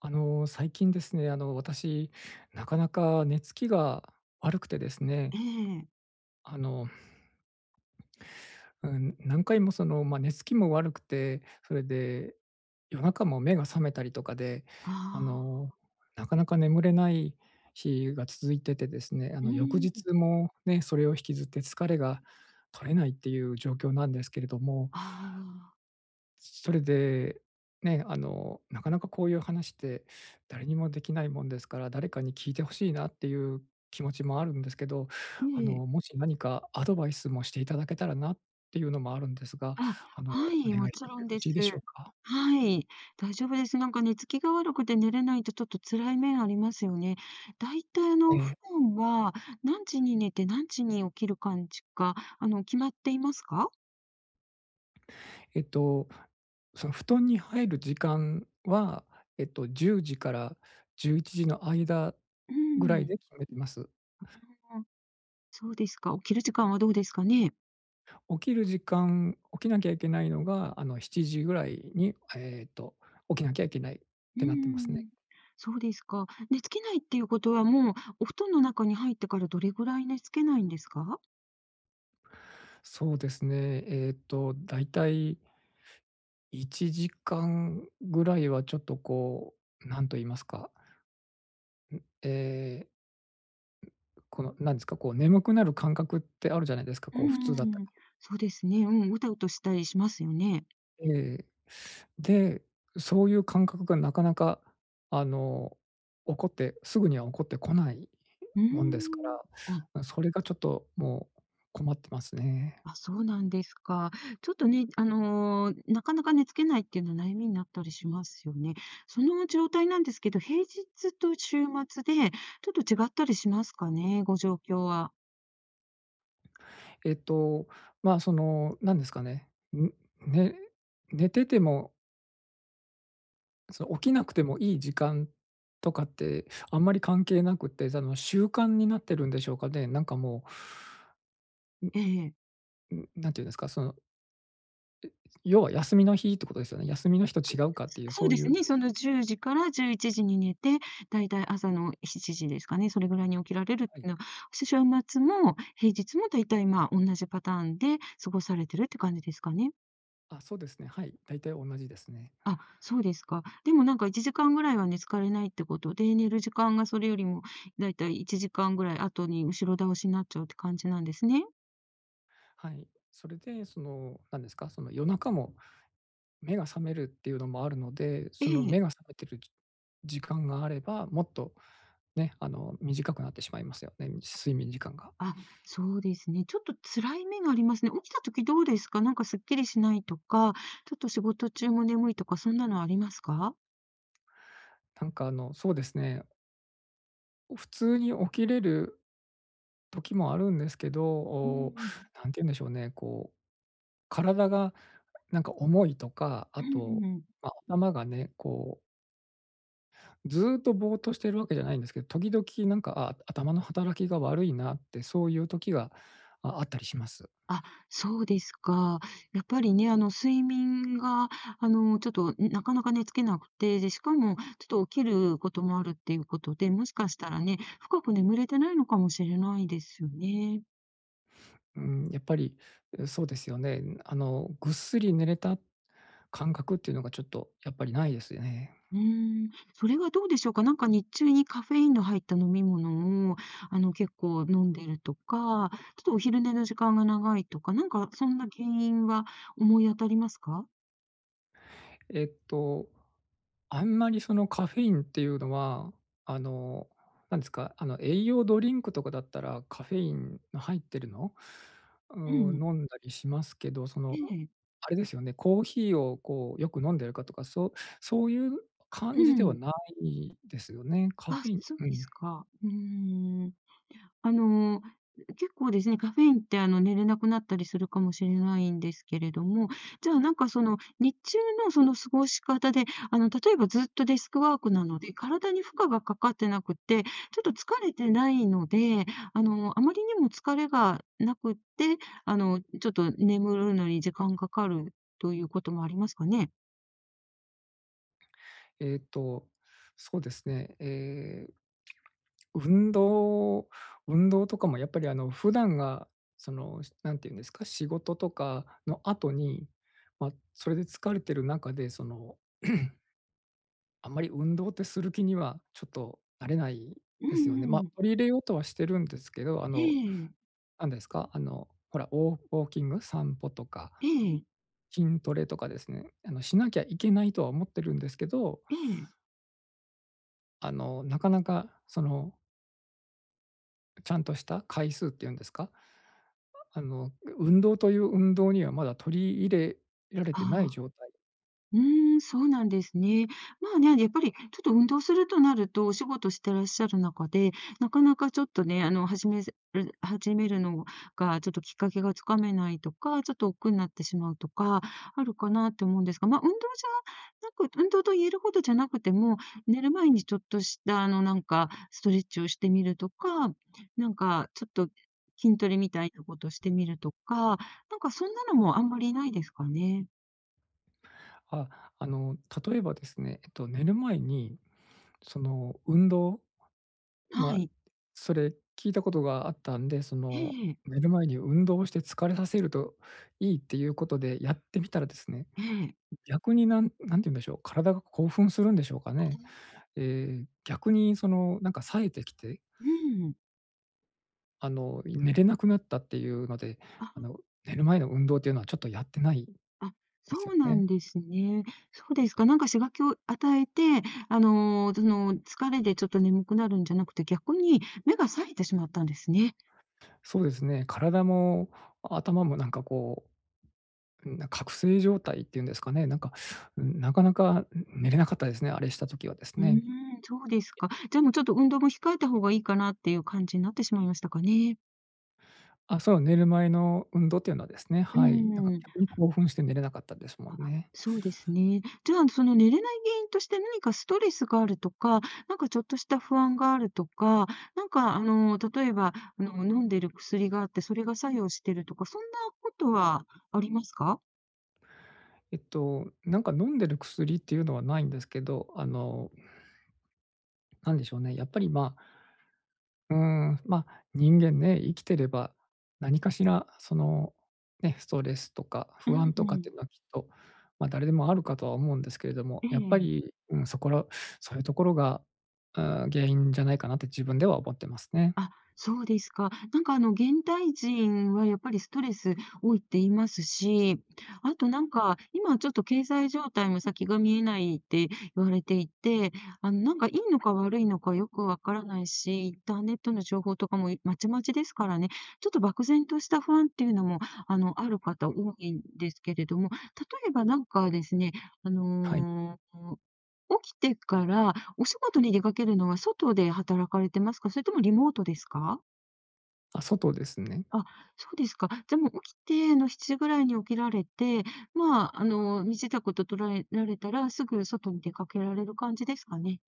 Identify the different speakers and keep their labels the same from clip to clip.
Speaker 1: 最近ですね、私、なかなか寝つきが悪くてですね、
Speaker 2: ええ。
Speaker 1: あの、うん、何回もまあ、寝つきも悪くて、それで夜中も目が覚めたりとかで、
Speaker 2: あ
Speaker 1: あの、
Speaker 2: あ。
Speaker 1: なかなか眠れない日が続いててですね、
Speaker 2: う
Speaker 1: 翌
Speaker 2: ーん。
Speaker 1: 日もね、それを引きずって疲れが取れないっていう状況なんですけれども、
Speaker 2: ああ、
Speaker 1: それで、ね、なかなかこういう話って誰にもできないもんですから、誰かに聞いてほしいなっていう気持ちもあるんですけど、
Speaker 2: ええ。
Speaker 1: もし何かアドバイスもしていただけたらなっていうのもあるんですが、
Speaker 2: あ、は
Speaker 1: お願
Speaker 2: い、
Speaker 1: いし
Speaker 2: もち
Speaker 1: ても
Speaker 2: ろ
Speaker 1: よ
Speaker 2: ん
Speaker 1: ろ
Speaker 2: です。
Speaker 1: しいでしょうか？
Speaker 2: はい、大丈夫です。なんか寝つきが悪くて寝れないとちょっと辛い面ありますよね。だいたい
Speaker 1: え
Speaker 2: 普
Speaker 1: え。
Speaker 2: 段は何時に寝て何時に起きる感じか、決まっていますか？
Speaker 1: えっと、その布団に入る時間は、10時から11時の間
Speaker 2: う
Speaker 1: ぐらい
Speaker 2: ーん。う
Speaker 1: で決めてます。
Speaker 2: ん、そうですか。起きる時間はどうですかね？
Speaker 1: 起きる時間起きなきゃいけないのが、7時ぐらいに、起きなきゃいけないっ
Speaker 2: うー
Speaker 1: てなってますね。
Speaker 2: ん。そうですか。寝つけないっていうことは、もうお布団の中に入ってからどれぐらい寝つけないんですか？
Speaker 1: そうですね、だいたい1時間ぐらいはちょっとこう、なんと言いますか、ええ、この、なんですか、こう眠くなる感覚ってあるじゃないですか。
Speaker 2: うん
Speaker 1: こ
Speaker 2: う
Speaker 1: う普通だ。
Speaker 2: んうん。そうですね。うん、うたうとしたりしますよね。
Speaker 1: ええ。で、そういう感覚がなかなか、あの、起こってすぐには起こってこない
Speaker 2: うー
Speaker 1: もんですか
Speaker 2: ん。あ、
Speaker 1: ら、それがちょっともう困ってますね。
Speaker 2: あ、そうなんですか。ちょっとね、なかなか寝つけないっていうのは悩みになったりしますよね。その状態なんですけど、平日と週末でちょっと違ったりしますかね、ご状況は。
Speaker 1: えっと、まあ、なんですかね、んね寝てても、その起きなくてもいい時間とかってあんまり関係なくって、その習慣になってるんでしょうかね。なんかも
Speaker 2: ええ、
Speaker 1: う、何て言うんですか、要は休みの日ってことですよね。休みの日と違うかって
Speaker 2: そ
Speaker 1: いう、
Speaker 2: そうですね、その10時から11時に寝て、だいたい朝の7時ですかね、それぐらいに起きられるっ
Speaker 1: は
Speaker 2: てい
Speaker 1: い。
Speaker 2: うのは、週末も平日もだいたい、まあ、同じパターンで過ごされてるって感じですかね。
Speaker 1: あ、そうですね。はい。大体同じですね。
Speaker 2: あ、そうですか。でもなんか1時間ぐらいは寝つかれないってことで、寝る時間がそれよりもだいたい1時間ぐらい後に後ろ倒しになっちゃうって感じなんですね。
Speaker 1: はい。それで、なんですか、その夜中も目が覚めるっていうのもあるので、
Speaker 2: え
Speaker 1: その目
Speaker 2: え。
Speaker 1: が覚めてる時間があれば、もっとね、短くなってしまいますよね、睡眠時間が。
Speaker 2: あ、そうですね。ちょっと辛い目がありますね。起きた時どうですか？なんかすっきりしないとか、ちょっと仕事中も眠いとか、そんなのありますか？
Speaker 1: なんかそうですね、普通に起きれる時もあるんですけど、
Speaker 2: うん。
Speaker 1: なんて言うんでしょうね、こう、体がなんか重いとか、
Speaker 2: う
Speaker 1: あと、
Speaker 2: ん。
Speaker 1: まあ、頭がね、こうずーっとぼーっとしてるわけじゃないんですけど、時々なんか、あ、頭の働きが悪いなって、そういう時が、あったりします。
Speaker 2: あ、そうですか。やっぱりね、睡眠が、ちょっと、なかなか寝つけなくて、で、しかも、ちょっと起きることもあるっていうことで、もしかしたらね、深く眠れてないのかもしれないですよね。
Speaker 1: うん、やっぱり、そうですよね。ぐっすり寝れた感覚っていうのがちょっとやっぱりないですよね。
Speaker 2: うーん、それはどうでしょうか。なんか日中にカフェインの入った飲み物を、結構飲んでるとか、ちょっとお昼寝の時間が長いとか、なんかそんな原因は思い当たりますか？
Speaker 1: えっと、あんまりそのカフェインっていうのは、あの、なんですか、あの栄養ドリンクとかだったらカフェインの入ってるの、う
Speaker 2: うん。
Speaker 1: ん、飲んだりしますけど、
Speaker 2: ええ。
Speaker 1: あれですよね、コーヒーをこうよく飲んでるかとか、そういう
Speaker 2: う
Speaker 1: 感じでは
Speaker 2: ん。
Speaker 1: ないですよね。カフ
Speaker 2: あ、
Speaker 1: ェイン、
Speaker 2: そう
Speaker 1: う
Speaker 2: です
Speaker 1: ん。
Speaker 2: か。うーん。あの、結構ですね、カフェインって寝れなくなったりするかもしれないんですけれども、じゃあなんかその日中のその過ごし方で、例えばずっとデスクワークなので、体に負荷がかかってなくて、ちょっと疲れてないので、あまりにも疲れがなくって、ちょっと眠るのに時間かかるということもありますかね？
Speaker 1: えっと、そうですね、ええ、運動運動とかもやっぱり、普段が、なんていうんですか、仕事とかの後に、まあ、それで疲れてる中で、あんまり運動ってする気にはちょっとなれない
Speaker 2: う
Speaker 1: ですよね。
Speaker 2: んう
Speaker 1: まあ、
Speaker 2: ん。
Speaker 1: 取り入れようとはしてるんですけど、
Speaker 2: ええ、
Speaker 1: 何ですか、ほら、ウォーキング、散歩とか、
Speaker 2: ええ、
Speaker 1: 筋トレとかですね、しなきゃいけないとは思ってるんですけど、
Speaker 2: ええ、
Speaker 1: なかなかその、ちゃんとした回数っていうんですか、あの、運動という運動にはまだ取り入れられ
Speaker 2: あ
Speaker 1: てない状
Speaker 2: あ。
Speaker 1: 態。
Speaker 2: うーん、そうなんですね。まあね、やっぱりちょっと運動するとなると、お仕事してらっしゃる中で、なかなかちょっとね、始めるのが、ちょっときっかけがつかめないとか、ちょっと億劫になってしまうとか、あるかなって思うんですが、まあ、運動じゃなく運動と言えるほどじゃなくても、寝る前にちょっとした、なんか、ストレッチをしてみるとか、なんか、ちょっと筋トレみたいなことをしてみるとか、なんかそんなのもあんまりないですかね？
Speaker 1: あ、例えばですね、寝る前にその運動、ま
Speaker 2: は
Speaker 1: あ、
Speaker 2: い。
Speaker 1: それ聞いたことがあったんで、
Speaker 2: ええ。
Speaker 1: 寝る前に運動をして疲れさせるといいっていうことでやってみたらですね、
Speaker 2: ええ、
Speaker 1: 逆に何て言うんでしょう、体が興奮するんでしょうかね。え逆にその、なんか冴えてきて
Speaker 2: うん。
Speaker 1: 寝れなくなったっていうので、
Speaker 2: あ、
Speaker 1: あの、寝る前の運動っていうのはちょっとやってない
Speaker 2: あ、
Speaker 1: です
Speaker 2: そ
Speaker 1: よ
Speaker 2: うな
Speaker 1: ね。
Speaker 2: んですね。そうですか。なんか刺激を与えて、疲れでちょっと眠くなるんじゃなくて、逆に目が冴えてしまったんですね。
Speaker 1: そうですね、体も頭もなんかこう、覚醒状態っていうんですかね、なんか、うん、なかなか、寝れなかったですね、あれした時はです
Speaker 2: うー
Speaker 1: ね。
Speaker 2: ん、そうですか。じゃあもうちょっと運動も控えた方がいいかなっていう感じになってしまいましたかね。
Speaker 1: あ、そう、寝る前の運動っていうのはですね、
Speaker 2: う
Speaker 1: はい、なんか
Speaker 2: ん。
Speaker 1: 逆に興奮して寝れなかったですも
Speaker 2: あ、
Speaker 1: んね。
Speaker 2: そうですね。じゃあ、その寝れない原因として何かストレスがあるとか、なんかちょっとした不安があるとか、なんか例えば、飲んでる薬があって、それが作用してるとか、そんなことはありますか？
Speaker 1: なんか飲んでる薬っていうのはないんですけど、なんでしょうね、やっぱり、うーん、ま、人間ね、生きてれば、何かしらその、ね、ストレスとか
Speaker 2: う
Speaker 1: 不
Speaker 2: ん
Speaker 1: 安とか
Speaker 2: う
Speaker 1: ってい
Speaker 2: ん。
Speaker 1: うのはきっと、ま、誰でもあるかとは思うんですけれども、
Speaker 2: え
Speaker 1: やっ
Speaker 2: え。
Speaker 1: ぱり、うん、そこらそういうところが、原因じゃないかなって自分では思ってますね。
Speaker 2: あ、そうですか。なんか現代人はやっぱりストレス多いって言いますし、あとなんか、今ちょっと経済状態も先が見えないって言われていて、なんかいいのか悪いのかよくわからないし、インターネットの情報とかもまちまちですからね、ちょっと漠然とした不安っていうのも、ある方多いんですけれども、例えばなんかですね、あ
Speaker 1: はい。
Speaker 2: のー起きてからお仕事に出かけるのは外で働かれてますか？それともリモートですか？
Speaker 1: あ、外ですね。
Speaker 2: あ、そうですか。じゃ、もう起きて、7時ぐらいに起きられて、まあ、身支度と取らえられたら、すぐ外に出かけられる感じですかね？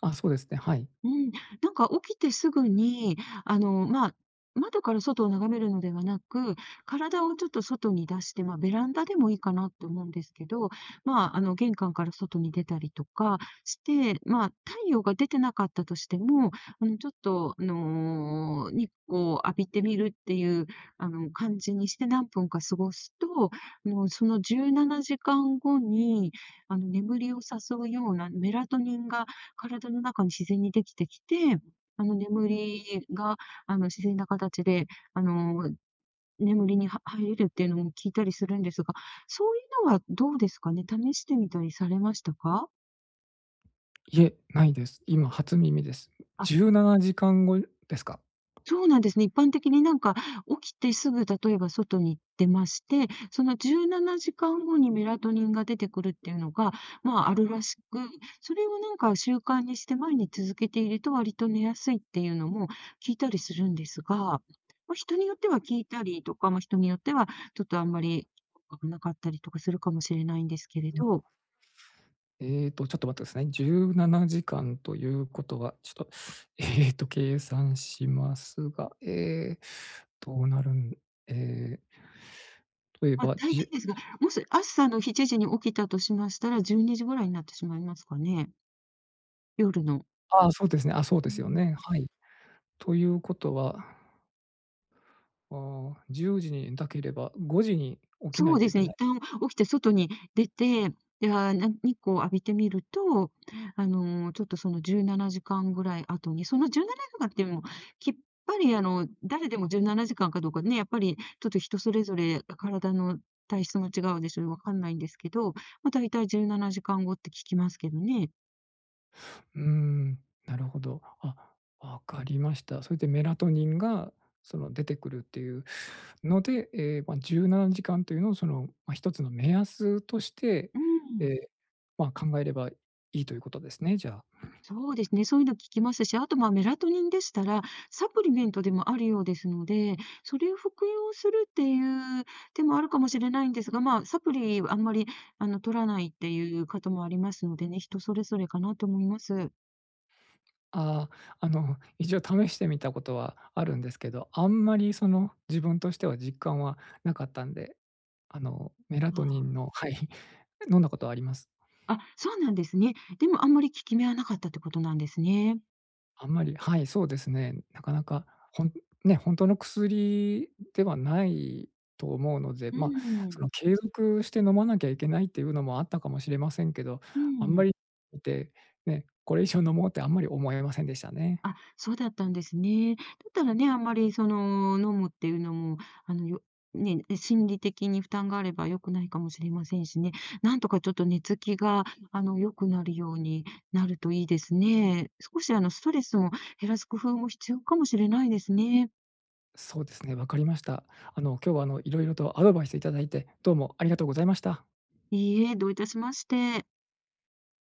Speaker 1: あ、そうですね、はい。
Speaker 2: うん、なんか起きてすぐに、まあ、窓から外を眺めるのではなく、体をちょっと外に出して、まあ、ベランダでもいいかなと思うんですけど、まあ、玄関から外に出たりとかして、まあ、太陽が出てなかったとしても、ちょっと、日光を浴びてみるっていう、感じにして何分か過ごすと、その17時間後に、眠りを誘うようなメラトニンが体の中に自然にできてきて、眠りが、自然な形で、あの、眠りには入れるっていうのも聞いたりするんですが、そういうのはどうですかね？試してみたりされましたか？
Speaker 1: いえ、ないです。今初耳です。
Speaker 2: あ、
Speaker 1: 17時間後ですか？
Speaker 2: そうなんですね。一般的になんか、起きてすぐ例えば外に出まして、その17時間後にメラトニンが出てくるっていうのが、まあ、あるらしく、それをなんか習慣にして毎日続けていると割と寝やすいっていうのも聞いたりするんですが、まあ、人によっては聞いたりとか、まあ、人によってはちょっとあんまり効果がなかったりとかするかもしれないんですけれど、
Speaker 1: ちょっと待ってくださいね。17時間ということは、ちょっと、計算しますが、どうなるん。え例え
Speaker 2: まあ、
Speaker 1: ば、
Speaker 2: 大体ですが、もし朝の7時に起きたとしましたら、12時ぐらいになってしまいますかね、夜の。
Speaker 1: あ、あ、そうですね、あ、そうで
Speaker 2: う
Speaker 1: すよ
Speaker 2: ん、
Speaker 1: ね、はい。ということは、ああ、10時になたければ5時に起きな
Speaker 2: そう
Speaker 1: いと
Speaker 2: で
Speaker 1: い
Speaker 2: す
Speaker 1: け
Speaker 2: ね、
Speaker 1: な
Speaker 2: 一
Speaker 1: い。
Speaker 2: 旦起きて外に出て、で、ああ、日光を浴びてみると、ちょっとその17時間ぐらい後に、その17時間っていうのも、きっぱり誰でも17時間かんかどうかね、やっぱりちょっと人それぞれ体の体質も違うでしょう、わかんないんですけど、ま、大体17時間後って聞きますけどね。
Speaker 1: うーん、なるほど。あ、わかりました。それでメラトニンがその出てくるっていうので、ええ、まあ、17時間というのをその、まあ、一つの目安として、
Speaker 2: う
Speaker 1: え
Speaker 2: ん。
Speaker 1: え、まあ、考えればいいということですね、じゃあ。
Speaker 2: そうですね、そういうの聞きますし、あと、ま、メラトニンでしたら、サプリメントでもあるようですので、それを服用するっていう手もあるかもしれないんですが、まあ、サプリあんまり、取らないっていう方もありますのでね、人それぞれかなと思います。
Speaker 1: ああ、一応試してみたことはあるんですけど、あんまりその自分としては実感はなかったんで、メラトニ
Speaker 2: あ
Speaker 1: ンの。はい、飲んだことはあります。
Speaker 2: あ、あ、そうなんですね。でもあんまり効き目はなかったってことなんですね。
Speaker 1: あんまり、はい、そうですね。なかなか、ほんね、本当の薬ではないと思うので、
Speaker 2: う
Speaker 1: まあ、そ
Speaker 2: ん。
Speaker 1: の継続して飲まなきゃいけないっていうのもあったかもしれませんけど、
Speaker 2: う
Speaker 1: あん
Speaker 2: ー
Speaker 1: ま
Speaker 2: ん。
Speaker 1: り見て、ね、これ以上飲もうってあんまり思えませんでしたね。
Speaker 2: あ、そうだったんですね。だったらね、あんまりその、飲むっていうのも、よね、心理的に負担があれば良くないかもしれませんしね。なんとかちょっと寝つきが、良くなるようになるといいですね。少しストレスを減らす工夫も必要かもしれないですね。
Speaker 1: そうですね、わかりました。今日は色々とアドバイスいただいて、どうもありがとうございました。
Speaker 2: いいえ、どういたしまして。